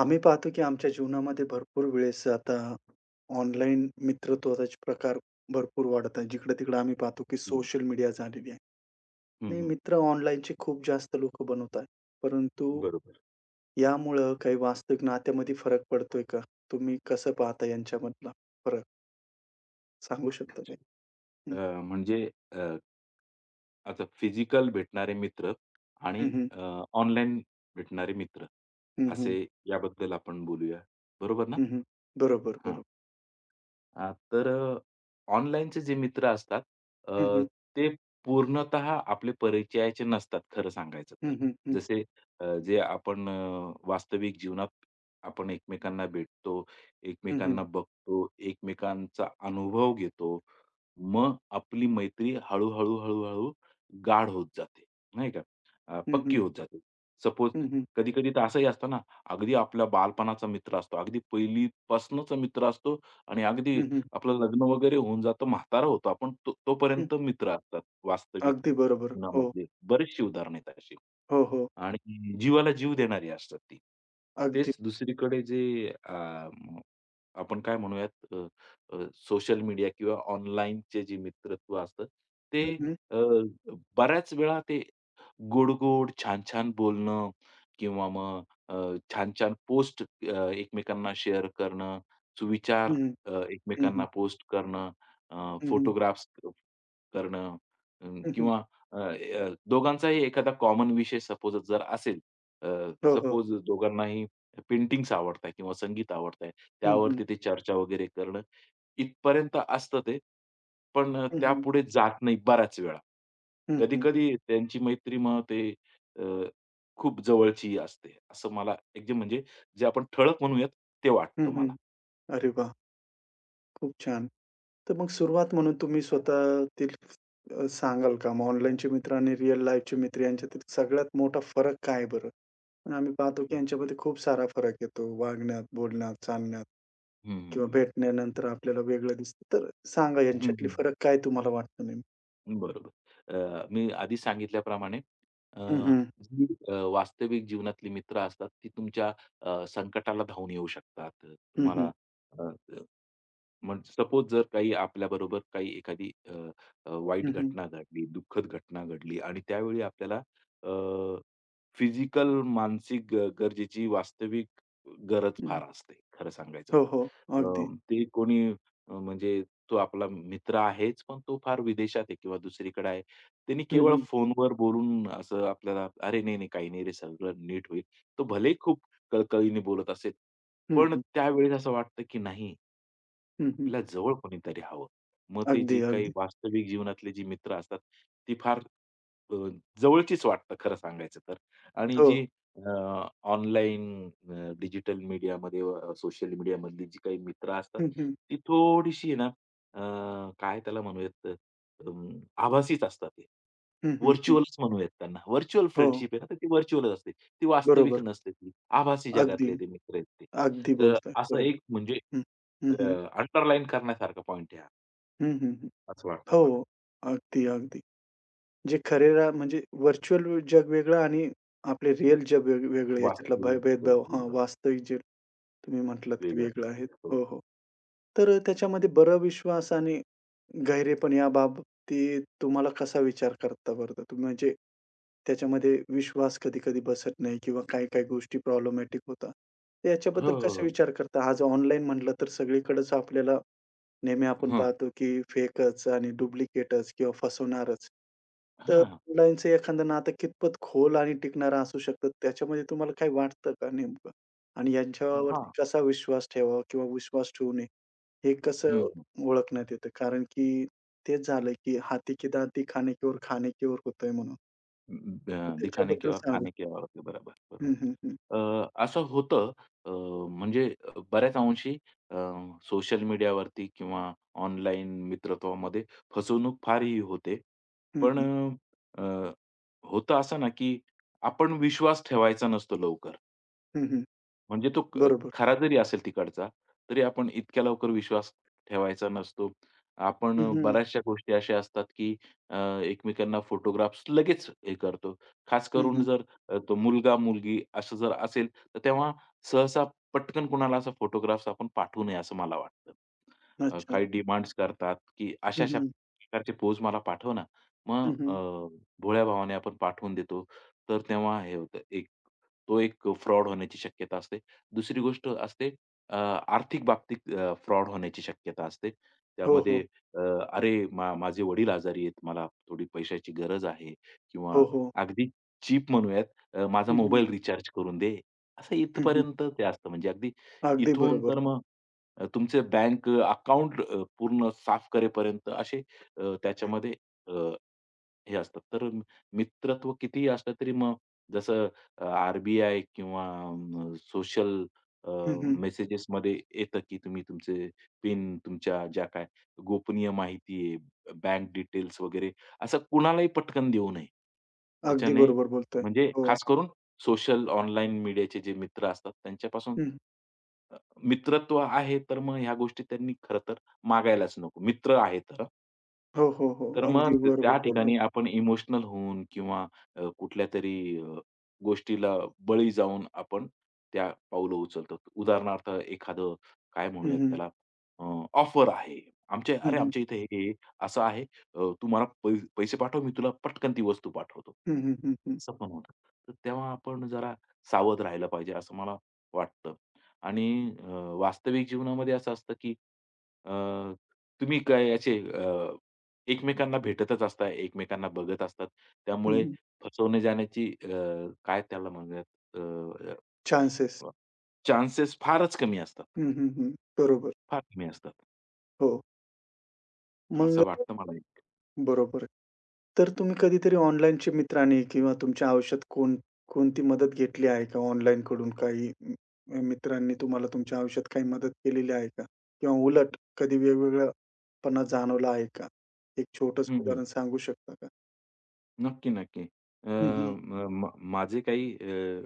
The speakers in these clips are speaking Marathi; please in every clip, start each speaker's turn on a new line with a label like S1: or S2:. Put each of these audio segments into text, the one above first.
S1: आम्ही पाहतो की आमच्या जीवनामध्ये भरपूर वेळेस आता ऑनलाईन मित्रत्वाचे प्रकार भरपूर वाढत आहे. जिकडं-तिकडं आम्ही पाहतो की
S2: हं,
S1: सोशल मीडिया झालेली आहे
S2: हं,
S1: आणि
S2: हं.
S1: मित्र ऑनलाईनचे खूप जास्त लोकं बनवत आहेत. परंतु
S2: बरोबर.
S1: यामुळं काही वास्तविक नात्यामध्ये फरक पडतोय का? तुम्ही कसं पाहता यांच्यामधला फरक? सांगू शकता
S2: अच्छा.
S1: काही?
S2: अ,
S1: हं.
S2: म्हणजे अ, आता फिजिकल भेटणारे मित्र आणि
S1: हं, हं.
S2: अ, ऑनलाईन भेटणारे मित्र,
S1: हं, हं.
S2: असे याबद्दल आपण बोलूया. बरोबर ना?
S1: हं, हं. बरोबर,
S2: हां.
S1: बरोबर.
S2: तर ऑनलाईनचे जे मित्र असतात अ,
S1: हं, हं.
S2: ते पूर्णतः आपले परिचयाचे नसतात खरं सांगायचं तर.
S1: हं, हं. हं.
S2: जसे जे आपण वास्तविक जीवनात आपण एकमेकांना भेटतो,
S1: हं, हं.
S2: एकमेकांना बघतो, एकमेकांचा अनुभव घेतो. मग आपली मैत्री हळू-हळू, हळू-हळू गाढ होत जाते, नाही का?
S1: हं,
S2: पक्की
S1: हं.
S2: होत जाते. सपोज
S1: हं, हं.
S2: कधी-कधी तर असंही असतं ना, अगदी आपला बालपणाचा मित्र असतो, अगदी पहिलीपासूनचा मित्र असतो आणि अगदी
S1: हं, हं.
S2: आपलं लग्न वगैरे होऊन जातं, म्हातारा होतो आपण, तोपर्यंत मित्र असतात वास्तविक
S1: अगदी बरोबर. हो.
S2: जीवनामधली. बरीचशी उदाहरणं आहेत अशी.
S1: हो, हो.
S2: आणि जीवाला जीव देणारी असतात ती.
S1: अगदी.
S2: तेच दुसरीकडे जे अ, आपण काय म्हणूयात अ, अ, सोशल मीडिया किंवा ऑनलाईनचे जे मित्रत्व असतं, ते
S1: हं.
S2: अ, बऱ्याच वेळा ते गोड-गोड, छान-छान बोलणं किंवा मग छान-छान पोस्ट एकमेकांना शेअर करणं, सुविचार
S1: हं, हं. हं,
S2: एकमेकांना
S1: हं.
S2: पोस्ट करणं,
S1: हं, हं.
S2: फोटोग्राफ्स करणं अ,
S1: हं, हं.
S2: किंवा अ, अ, दोघांचाही एखादा कॉमन विषय सपोज जर असेल, अ,
S1: हो, हो.
S2: सपोज दोघांनाही पेंटिंग्स आवडत आहे किंवा संगीत आवडत आहे,
S1: हं, हं.
S2: त्यावरती ते चर्चा वगैरे करणं इथपर्यंत असतं ते. पण
S1: हं, हं.
S2: त्यापुढे जात नाही बऱ्याच वेळा.
S1: हं, हं.
S2: कधी-कधी त्यांची मैत्री मग ते अ, खूप जवळची असते. असं मला एकदम म्हणजे जे आपण ठळक म्हणूयात ते
S1: हं,
S2: वाटतं
S1: हं.
S2: मला.
S1: अरे वाह! खूप छान. तर मग सुरुवात म्हणून तुम्ही स्वतःतील सांगाल का? मग ऑनलाईनचे मित्र आणि रिअल लाईफचे मित्र यांच्यातील सगळ्यात मोठा फरक काय आहे बरं? आणि आम्ही पाहतो की यांच्यामध्ये खूप सारा फरक येतो वागण्यात, बोलण्यात, चालण्यात किंवा
S2: हं,
S1: भेटल्यानंतर आपल्याला वेगळं दिसतं. तर सांगा
S2: हं, हं,
S1: यांच्यातले
S2: हं.
S1: फरक काय तुम्हाला वाटतं नेमकं?
S2: बरोबर. मी आधी सांगितल्याप्रमाणे अ,
S1: हं, हं.
S2: जी वास्तविक जीवनातली मित्र असतात, ती तुमच्या संकटाला धावून येऊ शकतात.
S1: हं, हं.
S2: तुम्हाला म्हणजे सपोज जर काही आपल्याबरोबर काही एखादी अ, अ, वाईट
S1: हं, हं.
S2: घटना घडली, दुःखद घटना घडली आणि त्यावेळी आपल्याला अ, फिजिकल, मानसिक गरजेची वास्तविक गरज
S1: हं.
S2: फार असते, खरं सांगायचं
S1: हो,
S2: तर.
S1: हो. अगदी.
S2: ते कोणी म्हणजे तो आपला मित्र आहेच, पण तो फार विदेशात आहे किंवा दुसरीकडे आहे. त्यांनी
S1: हं,
S2: केवळ
S1: हं.
S2: फोनवर बोलून असं आपल्याला, "अरे नाही, नाही, काही नाही रे, सगळं नीट होईल." तो भलेही खूप कळकळीने बोलत असेल,
S1: हं,
S2: पण
S1: हं.
S2: त्यावेळेस असं वाटतं की नाही,
S1: हं, हं.
S2: आपल्या जवळ कोणीतरी हवं. मग ते
S1: अगदी,
S2: जी काही
S1: अगदी.
S2: वास्तविक जीवनातले जी मित्र असतात, ती फार अ, जवळचीच वाटतात खरं सांगायचं तर. आणि
S1: हो.
S2: जी ऑनलाईन डिजिटल मीडियामध्ये सोशल मीडियामधली जी काही मित्र असतात,
S1: हं, हं.
S2: ती थोडीशी आहे ना काय त्याला म्हणूयात अं, आभासीच असतात ते.
S1: हं, हं, हं.
S2: व्हर्चुअलच म्हणूयात त्यांना. व्हर्चुअल
S1: हो,
S2: फ्रेंडशिप आहे ना, तर ती व्हर्चुअलच असते. ती वास्तविक
S1: बरोबर.
S2: नसते ती. आभासी
S1: अगदी,
S2: जगातले ते मित्र आहेत ते.
S1: अगदी बोलताय.
S2: असं
S1: बरोबर.
S2: एक म्हणजे
S1: हं. हं, हं.
S2: अंडरलाईन करण्यासारखा पॉइंट आहे हा,
S1: हं, हं, हं.
S2: असं वाटतं
S1: हो.
S2: मला.
S1: अगदी, अगदी. जे खरेरा म्हणजे व्हर्चुअल जग वेगळं आणि आपले रिअल जग वेगळं याच्यातला भे
S2: वास्तविक
S1: भेदभाव हां,
S2: वेगळं आहे,
S1: वास्तविक जे तुम्ही म्हटलात की
S2: वेगळं आहे.
S1: वेगळं
S2: ते.
S1: आहे.
S2: हो.
S1: हो, हो. तर त्याच्यामध्ये बरं विश्वास आणि गहिरे पण या बाबतीत तुम्हाला कसा विचार करता बरं? तुम्ही म्हणजे त्याच्यामध्ये विश्वास कधी-कधी बसत नाही किंवा काही-काही गोष्टी प्रॉब्लेमॅटिक होतात. तर
S2: हो,
S1: याच्याबद्दल
S2: हो,
S1: कसा
S2: हो.
S1: विचार करता? आज ऑनलाईन म्हटलं तर सगळीकडेच आपल्याला नेहमी आपण पाहतो की फेकच आणि डुप्लिकेटच किंवा फसवणारच. तर
S2: हां.
S1: ऑनलाईनचं एखादं नातं कितपत खोल आणि टिकणारं असू शकतं, त्याच्यामध्ये तुम्हाला काही वाटतं का नेमकं? आणि
S2: हां.
S1: यांच्यावरती कसा विश्वास ठेवावा किंवा विश्वास ठेवू नये, हे कसं
S2: हं, हं.
S1: ओळखण्यात येतं? कारण की तेच झालं की "हाथी की दाँती, खाने की ओर, खाने की ओर" होतंय म्हणून.
S2: दिखाने के
S1: त्याच्याबद्दल
S2: और
S1: सांगू
S2: खाने के और होते. बरोबर,
S1: हं,
S2: बरोबर.
S1: हं, हं.
S2: असं होतं अ, म्हणजे बऱ्याच अंशी अ, सोशल मीडियावरती किंवा ऑनलाईन मित्रत्वामध्ये फसवणूक फारही होते.
S1: हं,
S2: पण
S1: हं.
S2: अ, अ, होतं असं ना, की आपण विश्वास ठेवायचा नसतो लवकर.
S1: हं, हं.
S2: म्हणजे तो
S1: बरोबर.
S2: खरा जरी असेल तिकडचा, तरी आपण इतक्या लवकर विश्वास ठेवायचा नसतो. आपण
S1: हं, हं.
S2: बऱ्याचशा गोष्टी अशा असतात, की अ, एकमेकांना फोटोग्राफ्स लगेच हे करतो. खास
S1: हं,
S2: करून
S1: हं.
S2: जर तो मुलगा-मुलगी असं जर असेल, तर तेव्हा सहसा पटकन कुणाला असा फोटोग्राफ्स आपण पाठवू नये असं मला वाटतं.
S1: अच्छा.
S2: काही डिमांड्स करतात, की
S1: हं,
S2: अशा-अशा
S1: हं.
S2: प्रकारचे पोज मला पाठव ना. मग
S1: हं, हं.
S2: भोळ्या भावाने आपण पाठवून देतो. तर तेव्हा हे होतं एक तो एक फ्रॉड होण्याची शक्यता असते. दुसरी गोष्ट असते आर्थिक बाबतीत फ्रॉड होण्याची शक्यता असते.
S1: हो,
S2: त्यामध्ये
S1: हो.
S2: अ, "अरे माझे वडील आजारी आहेत. मला थोडी पैशाची गरज आहे" किंवा
S1: हो, हो.
S2: अगदी चीप म्हणूयात, माझा
S1: हं, हं.
S2: मोबाईल रिचार्ज करून दे." असं
S1: हं, हं.
S2: इथपर्यंत ते असतं. म्हणजे अगदी
S1: अगदी
S2: इथून
S1: बरोबर.
S2: तर मग तुमचे बँक अकाउंट पूर्ण साफ करेपर्यंत असे त्याच्यामध्ये अ, हे असतात. तर मित्रत्व कितीही असलं तरी मग जसं अ, आर किंवा सोशल
S1: हं, हं.
S2: मेसेजेसमध्ये येतं, की तुम्ही तुमचे पिन, तुमच्या ज्या काय गोपनीय माहिती आहे, बँक डिटेल्स वगैरे असं कुणालाही पटकन देऊ नये.
S1: अगदी
S2: त्याच्याने
S1: बरोबर बोलताय.
S2: म्हणजे
S1: हो.
S2: खास करून सोशल ऑनलाईन मीडियाचे जे मित्र असतात त्यांच्यापासून
S1: हं.
S2: अ, मित्रत्व आहे तर मग ह्या गोष्टी त्यांनी खरं तर मागायलाच नको. मित्र आहे तर.
S1: हो, हो, हो.
S2: तर मग
S1: अगदी बरोबर
S2: त्या
S1: बोललात.
S2: ठिकाणी आपण इमोशनल होऊन किंवा कुठल्या तरी अ, गोष्टीला बळी जाऊन आपण त्या पाऊलं उचलतो. उदाहरणार्थ एखादं काय
S1: हं,
S2: म्हणूयात
S1: हं.
S2: त्याला अ, ऑफर आहे. आमच्या
S1: हं,
S2: "अरे,
S1: हं.
S2: आमच्या इथे हे, हे असं आहे. तू मला पैसे पाठव, मी तुला पटकन ती वस्तू पाठवतो."
S1: हं, हं, हं, हं.
S2: असं पण होतं. तर तेव्हा आपण जरा सावध राहिलं पाहिजे असं मला वाटतं. आणि अ, वास्तविक जीवनामध्ये असं असतं, की अ, तुम्ही काय याचे एकमेकांना भेटतच असता, एकमेकांना बघत असतात.
S1: हं,
S2: त्यामुळे
S1: हं.
S2: फसवणे जाण्याची काय त्याला म्हणूयात अ,
S1: चान्सेस.
S2: अ, चान्सेस फारच कमी असतात.
S1: हं, हं, हं. बरोबर.
S2: फार कमी असतात.
S1: हो. मग
S2: असं वाटतं मला एक.
S1: बरोबर आहे. तर तुम्ही कधीतरी ऑनलाईनच्या मित्राने किंवा तुमच्या आयुष्यात कोणती मदत घेतली आहे का ऑनलाईनकडून काही मित्रांनी तुम्हाला तुमच्या आयुष्यात काही मदत केलेली आहे का? किंवा उलट कधी वेगवेगळापणा जाणवला आहे का? एक छोटंसं
S2: हं, हं.
S1: उदाहरण सांगू शकता का?
S2: नक्की, नक्की. अ,
S1: हं, हं.
S2: म म माझे काही अ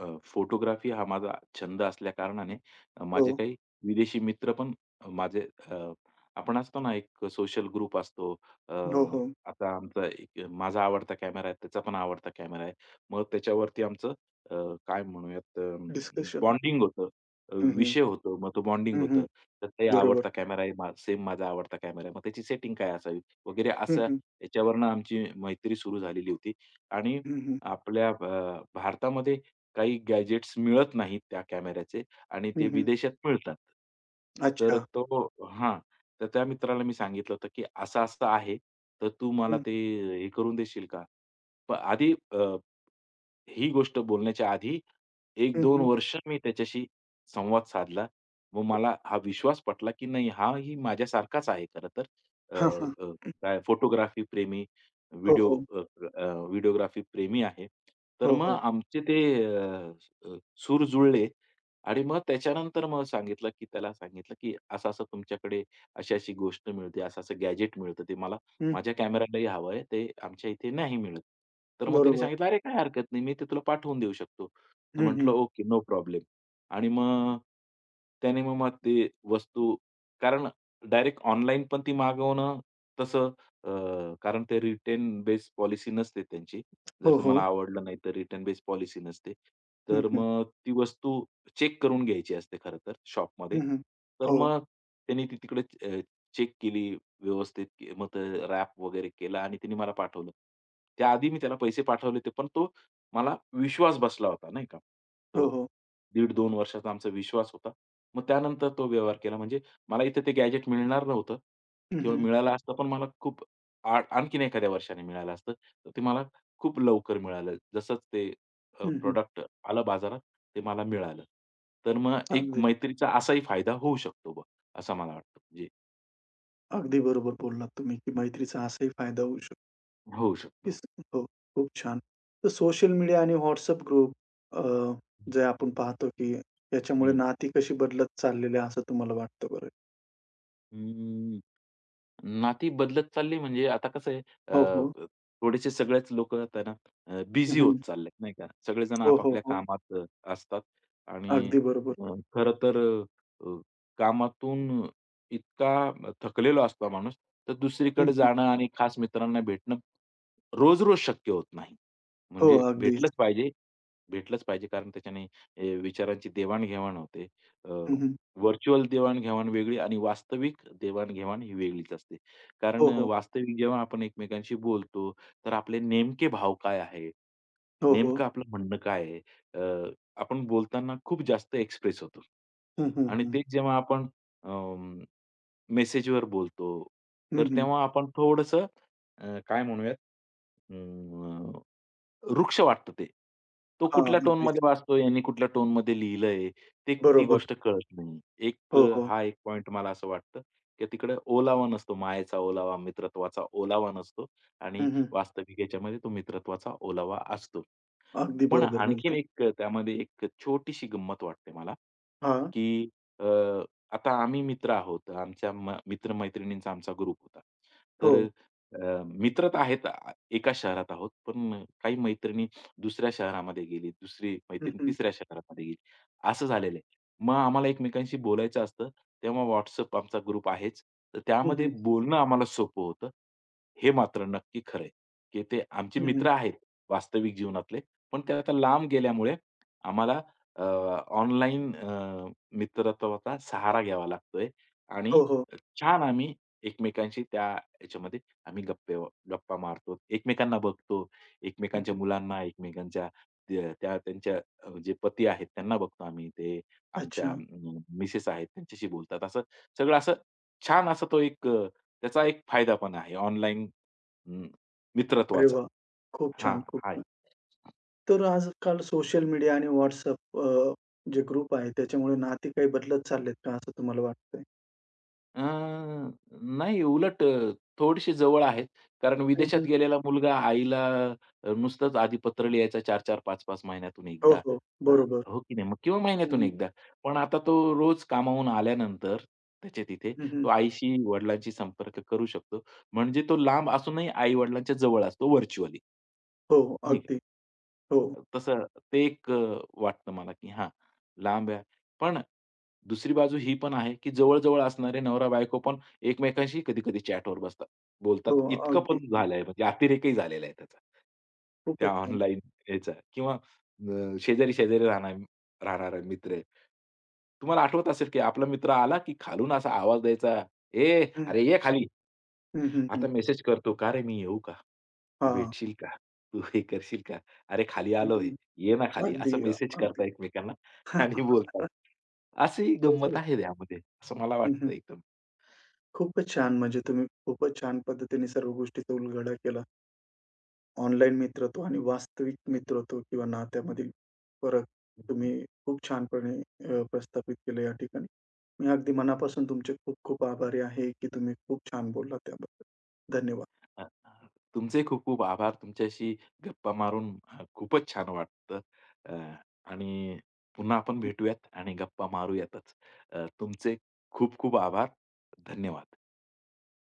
S2: अ, फोटोग्राफी हा माझा छंद असल्याकारणाने माझे
S1: हो.
S2: काही विदेशी मित्र पण माझे अ, आपण असतो ना, एक सोशल ग्रुप असतो. अ,
S1: हो, हो.
S2: आता आमचा एक माझा आवडता कॅमेरा आहे, त्याचा पण आवडता कॅमेरा आहे. मग त्याच्यावरती आमचं अ, काय म्हणूयात
S1: डिस्कशन.
S2: बॉन्डिंग होतं.
S1: हं, हं.
S2: विषय होतो. मग तो बॉन्डिंग
S1: हं, हं.
S2: होतं. त्याचाही
S1: बरोबर.
S2: आवडता कॅमेरा आहे, सेम माझा आवडता कॅमेरा आहे. मग त्याची सेटिंग काय असावी वगैरे
S1: हं,
S2: असं
S1: हं.
S2: याच्यावरनं आमची मैत्री सुरू झालेली होती. आणि
S1: हं, हं.
S2: आपल्या भारतामध्ये काही गॅजेट्स मिळत नाहीत त्या कॅमेऱ्याचे आणि
S1: हं,
S2: ते
S1: हं.
S2: विदेशात मिळतात. तर
S1: अच्छा.
S2: तो हां. तर त्या मित्राला मी सांगितलं होतं, की असं-असं आहे. तर तू मला
S1: हं,
S2: ते हे करून देशील का? पण आधी ही गोष्ट बोलण्याच्या आधी एक
S1: हं,
S2: दोन
S1: हं.
S2: वर्ष मी त्याच्याशी संवाद साधला. मग मला हा विश्वास पटला, की नाही हाही माझ्यासारखाच आहे खरं तर. अ,
S1: हां, हां.
S2: अ, काय फोटोग्राफी प्रेमी
S1: हो,
S2: व्हिडिओ
S1: हो.
S2: अ, अ, व्हिडिओग्राफी प्रेमी आहे. तर
S1: हो,
S2: मग
S1: हो.
S2: आमचे ते अ, अ, सूर जुळले आणि मग त्याच्यानंतर मग सांगितलं, की त्याला सांगितलं, की असं-असं तुमच्याकडे अशी-अशी गोष्ट मिळते, असं-असं गॅजेट मिळतं. ते मला
S1: हं.
S2: माझ्या कॅमेरालाही हवं आहे. ते आमच्या इथे नाही मिळत. तर मग त्याने
S1: बरोबर.
S2: सांगितलं, "अरे, काही हरकत नाही. मी ते तुला पाठवून देऊ शकतो." तर
S1: हं,
S2: म्हटलं,
S1: हं.
S2: "Okay, no problem." आणि मग त्याने मग मग ते वस्तू कारण डायरेक्ट ऑनलाईन पण ती मागवणं तसं कारण ते रिटर्न बेस पॉलिसी नसते त्यांची. जर
S1: हो,
S2: तुम्हाला
S1: हो.
S2: आवडलं नाही तर रिटर्न बेस पॉलिसी नसते.
S1: हं,
S2: तर
S1: हं.
S2: मग ती वस्तू चेक करून घ्यायची असते खरं तर
S1: हं,
S2: शॉपमध्ये.
S1: हं.
S2: तर
S1: हो.
S2: मग त्यांनी ती तिकडे अ, चेक केली व्यवस्थित मग ते रॅप वगैरे केला आणि त्यांनी मला पाठवलं. त्याआधी मी त्याला पैसे पाठवले होते, पण तो मला विश्वास बसला होता नाही का. तो
S1: हो, हो.
S2: 1.5-2 वर्षाचा आमचा विश्वास होता. मग त्यानंतर तो व्यवहार केला. म्हणजे मला इथे ते गॅजेट मिळणार नव्हतं
S1: हं,
S2: किंवा
S1: हं.
S2: मिळालं असतं, पण मला खूप आणखीन एखाद्या वर्षाने मिळालं असतं, तर ते मला खूप लवकर मिळालं. जसंच ते
S1: हं, हं.
S2: प्रॉडक्ट आलं बाजारात, ते मला मिळालं. तर मग एक
S1: अगदी,
S2: मैत्रीचा असाही फायदा होऊ शकतो बा, असं मला वाटतं. म्हणजे
S1: अगदी बरोबर बोललात तुम्ही, की मैत्रीचा असाही फायदा होऊ शकतो,
S2: होऊ
S1: की
S2: शकतो.
S1: स- हो, खूप छान. तर सोशल मीडिया आणि WhatsApp ग्रुप अ, जे आपण पाहतो, की याच्यामुळे
S2: हं.
S1: नाती कशी बदलत चाललेली आहे असं तुम्हाला वाटतं बरं?
S2: नाती बदलत चालली म्हणजे आता कसं आहे अ,
S1: हो, हो.
S2: अ, थोडेसे सगळेच लोकं आता
S1: हं,
S2: बिझी होत
S1: हं.
S2: चाललेत नाही का. सगळेजण
S1: हो, हो,
S2: आपापल्या
S1: हो.
S2: कामात असतात आणि
S1: अगदी बरोबर.
S2: अ, तर अ, कामातून इतका थकलेला असतो माणूस, तर
S1: हं,
S2: दुसरीकडे
S1: हं.
S2: जाणं आणि खास मित्रांना भेटणं रोज-रोज शक्य होत नाही.
S1: हो,
S2: म्हणजे
S1: अगदीच.
S2: भेटलंच पाहिजे कारण त्याच्याने विचारांची देवाण-घेवाण होते. अ,
S1: हं, हं.
S2: व्हर्चुअल देवाण-घेवाण वेगळी आणि वास्तविक देवाण-घेवाण ही वेगळीच असते. कारण
S1: हो, हो.
S2: वास्तविक जेव्हा आपण एकमेकांशी बोलतो, तर आपले नेमके भाव काय आहे?
S1: हो, हो.
S2: नेमकं आपलं म्हणणं काय आहे? अ, आपण बोलताना खूप जास्त एक्सप्रेस होतो.
S1: हं, हं,
S2: आणि
S1: हं.
S2: तेच जेव्हा आपण अं, मेसेजवर बोलतो,
S1: हं,
S2: तर
S1: हं.
S2: तेव्हा आपण थोडंसं काय म्हणूयात? वृक्ष वाटतं ते. तो
S1: हां,
S2: कुठल्या टोनमध्ये
S1: अगदीच.
S2: वाचतोय यांनी कुठल्या टोनमध्ये लिहिलंय, ते ती
S1: बरोबर.
S2: गोष्ट कळत नाही.
S1: हो, हो.
S2: हा एक पॉइंट मला असं वाटतं, की तिकडे ओलावा नसतो. मायेचा ओलावा, मित्रत्वाचा ओलावा नसतो आणि
S1: हं, हं.
S2: वास्तविक याच्यामध्ये तो मित्रत्वाचा ओलावा असतो.
S1: अगदी
S2: पण
S1: बरोबर
S2: आणखीन
S1: बोलताय.
S2: एक त्यामध्ये एक छोटीशी गंमत वाटते मला,
S1: हां.
S2: की अ, आता आम्ही मित्र आहोत. आमच्या म मित्र आमचा ग्रुप होता. तर
S1: हो.
S2: मित्र तर आहेत. एकाच शहरात आहोत. पण काही मैत्रिणी दुसऱ्या शहरामध्ये गेली, दुसरी
S1: हं,
S2: मैत्रीण
S1: हं.
S2: तिसऱ्या शहरामध्ये गेली, असं झालेलं आहे. मग आम्हाला एकमेकांशी बोलायचं असतं. तेव्हा WhatsApp आमचा ग्रुप आहेच. तर
S1: हं,
S2: त्यामध्ये
S1: हं.
S2: बोलणं आम्हाला सोपं होतं. हे मात्र नक्की खरं की ते आमचे
S1: हं, हं.
S2: मित्र आहेत वास्तविक जीवनातले. पण ते आता लांब गेल्यामुळे आम्हाला ऑनलाईन मित्रत्वाचा सहारा घ्यावा लागतोय आणि
S1: हो, हो.
S2: छान आम्ही एकमेकांशी त्या ह्याच्यामध्ये आम्ही गप्पा मारतो. एकमेकांना बघतो.
S1: हं,
S2: एकमेकांच्या
S1: हं.
S2: मुलांना, एकमेकांच्या त्या त्या त्यांच्या जे पती आहेत त्यांना बघतो आम्ही. ते
S1: अच्छा.
S2: आमच्या मिसेस आहेत त्यांच्याशी बोलतात. असं सगळं असं छान असा तो एक त्याचा एक फायदा पण आहे ऑनलाईन
S1: अरे
S2: मित्रत्वाचा.
S1: वाह! खूप
S2: हां,
S1: छान, खूप
S2: आहे.
S1: छान. तर आजकाल सोशल मीडिया आणि WhatsApp अ, जे ग्रुप आहे त्याच्यामुळे नाती काही बदलत चाललेत का असं तुम्हाला वाटतंय?
S2: अ, नाही उलट थोडीशी जवळ आहेत. कारण
S1: हं,
S2: विदेशात
S1: हं.
S2: गेलेला मुलगा आईला नुसतंच आधीपत्र लिहायचा चार चार पाच 5 महिन्यातून
S1: हो,
S2: एकदा.
S1: हो.
S2: अ,
S1: बरोबर.
S2: हो की नाही? मग किंवा
S1: हं,
S2: महिन्यातून
S1: हं.
S2: एकदा. पण आता तो रोज कामावून आल्यानंतर त्याच्या तिथे
S1: हं, हं.
S2: तो आईशी, वडिलांशी संपर्क करू शकतो. म्हणजे तो लांब असूनही आई-वडिलांच्या जवळ असतो व्हर्चुअली.
S1: हो,
S2: नाही.
S1: अगदी. हो,
S2: का? तसं ते एक वाटतं मला, की हां, लांब आहे. पण दुसरी बाजू ही पण आहे, की जवळ-जवळ असणारे नवरा-बायको पण एकमेकांशी कधी-कधी चॅटवर बसतात, बोलतात.
S1: हो.
S2: इतकं
S1: अगदी.
S2: पण झालंय म्हणजे अतिरेकही झालेला आहे त्याचा. त्या
S1: खूपच छान.
S2: ऑनलाईन याचा किंवा शेजारी-शेजारी राहणारा मित्र आहे. तुम्हाला आठवत असेल, की आपला मित्र आला, की खालून असा आवाज द्यायचा, "ए,
S1: हं.
S2: अरे ये खाली."
S1: हं, हं, हं.
S2: आता मेसेज करतो, "का रे मी येऊ का? तू
S1: हां.
S2: भेटशील का? तू हे करशील का? अरे खाली
S1: हं, हं.
S2: आलोय, ये ना खाली."
S1: अगदी,
S2: असं मेसेज
S1: अगदी.
S2: करता एकमेकांना आणि बोलतात. अशी
S1: खूपच
S2: गंमत आहे
S1: छान.
S2: त्यामध्ये, असं मला
S1: हं, हं.
S2: वाटतं एकदम.
S1: खूपच छान. म्हणजे तुम्ही खूपच छान पद्धतीने सर्व गोष्टीचा उलगडा केला. ऑनलाईन मित्रत्व आणि वास्तविक मित्रत्व किंवा नात्यामधील फरक
S2: हं, हं.
S1: तुम्ही खूप छानपणे प्रस्थापित केलं या ठिकाणी. मी अगदी मनापासून तुमचे खूप खूप आभारी आहे, की तुम्ही खूप छान बोललात त्याबद्दल. धन्यवाद.
S2: अ, अ, तुमचे खूप खूप आभार. तुमच्याशी गप्पा मारून खूपच छान वाटतं अ, आणि पुन्हा
S1: हं,
S2: आपण
S1: हं.
S2: भेटूयात आणि गप्पा मारूयातच. तुमचे खूप खूप आभार. धन्यवाद.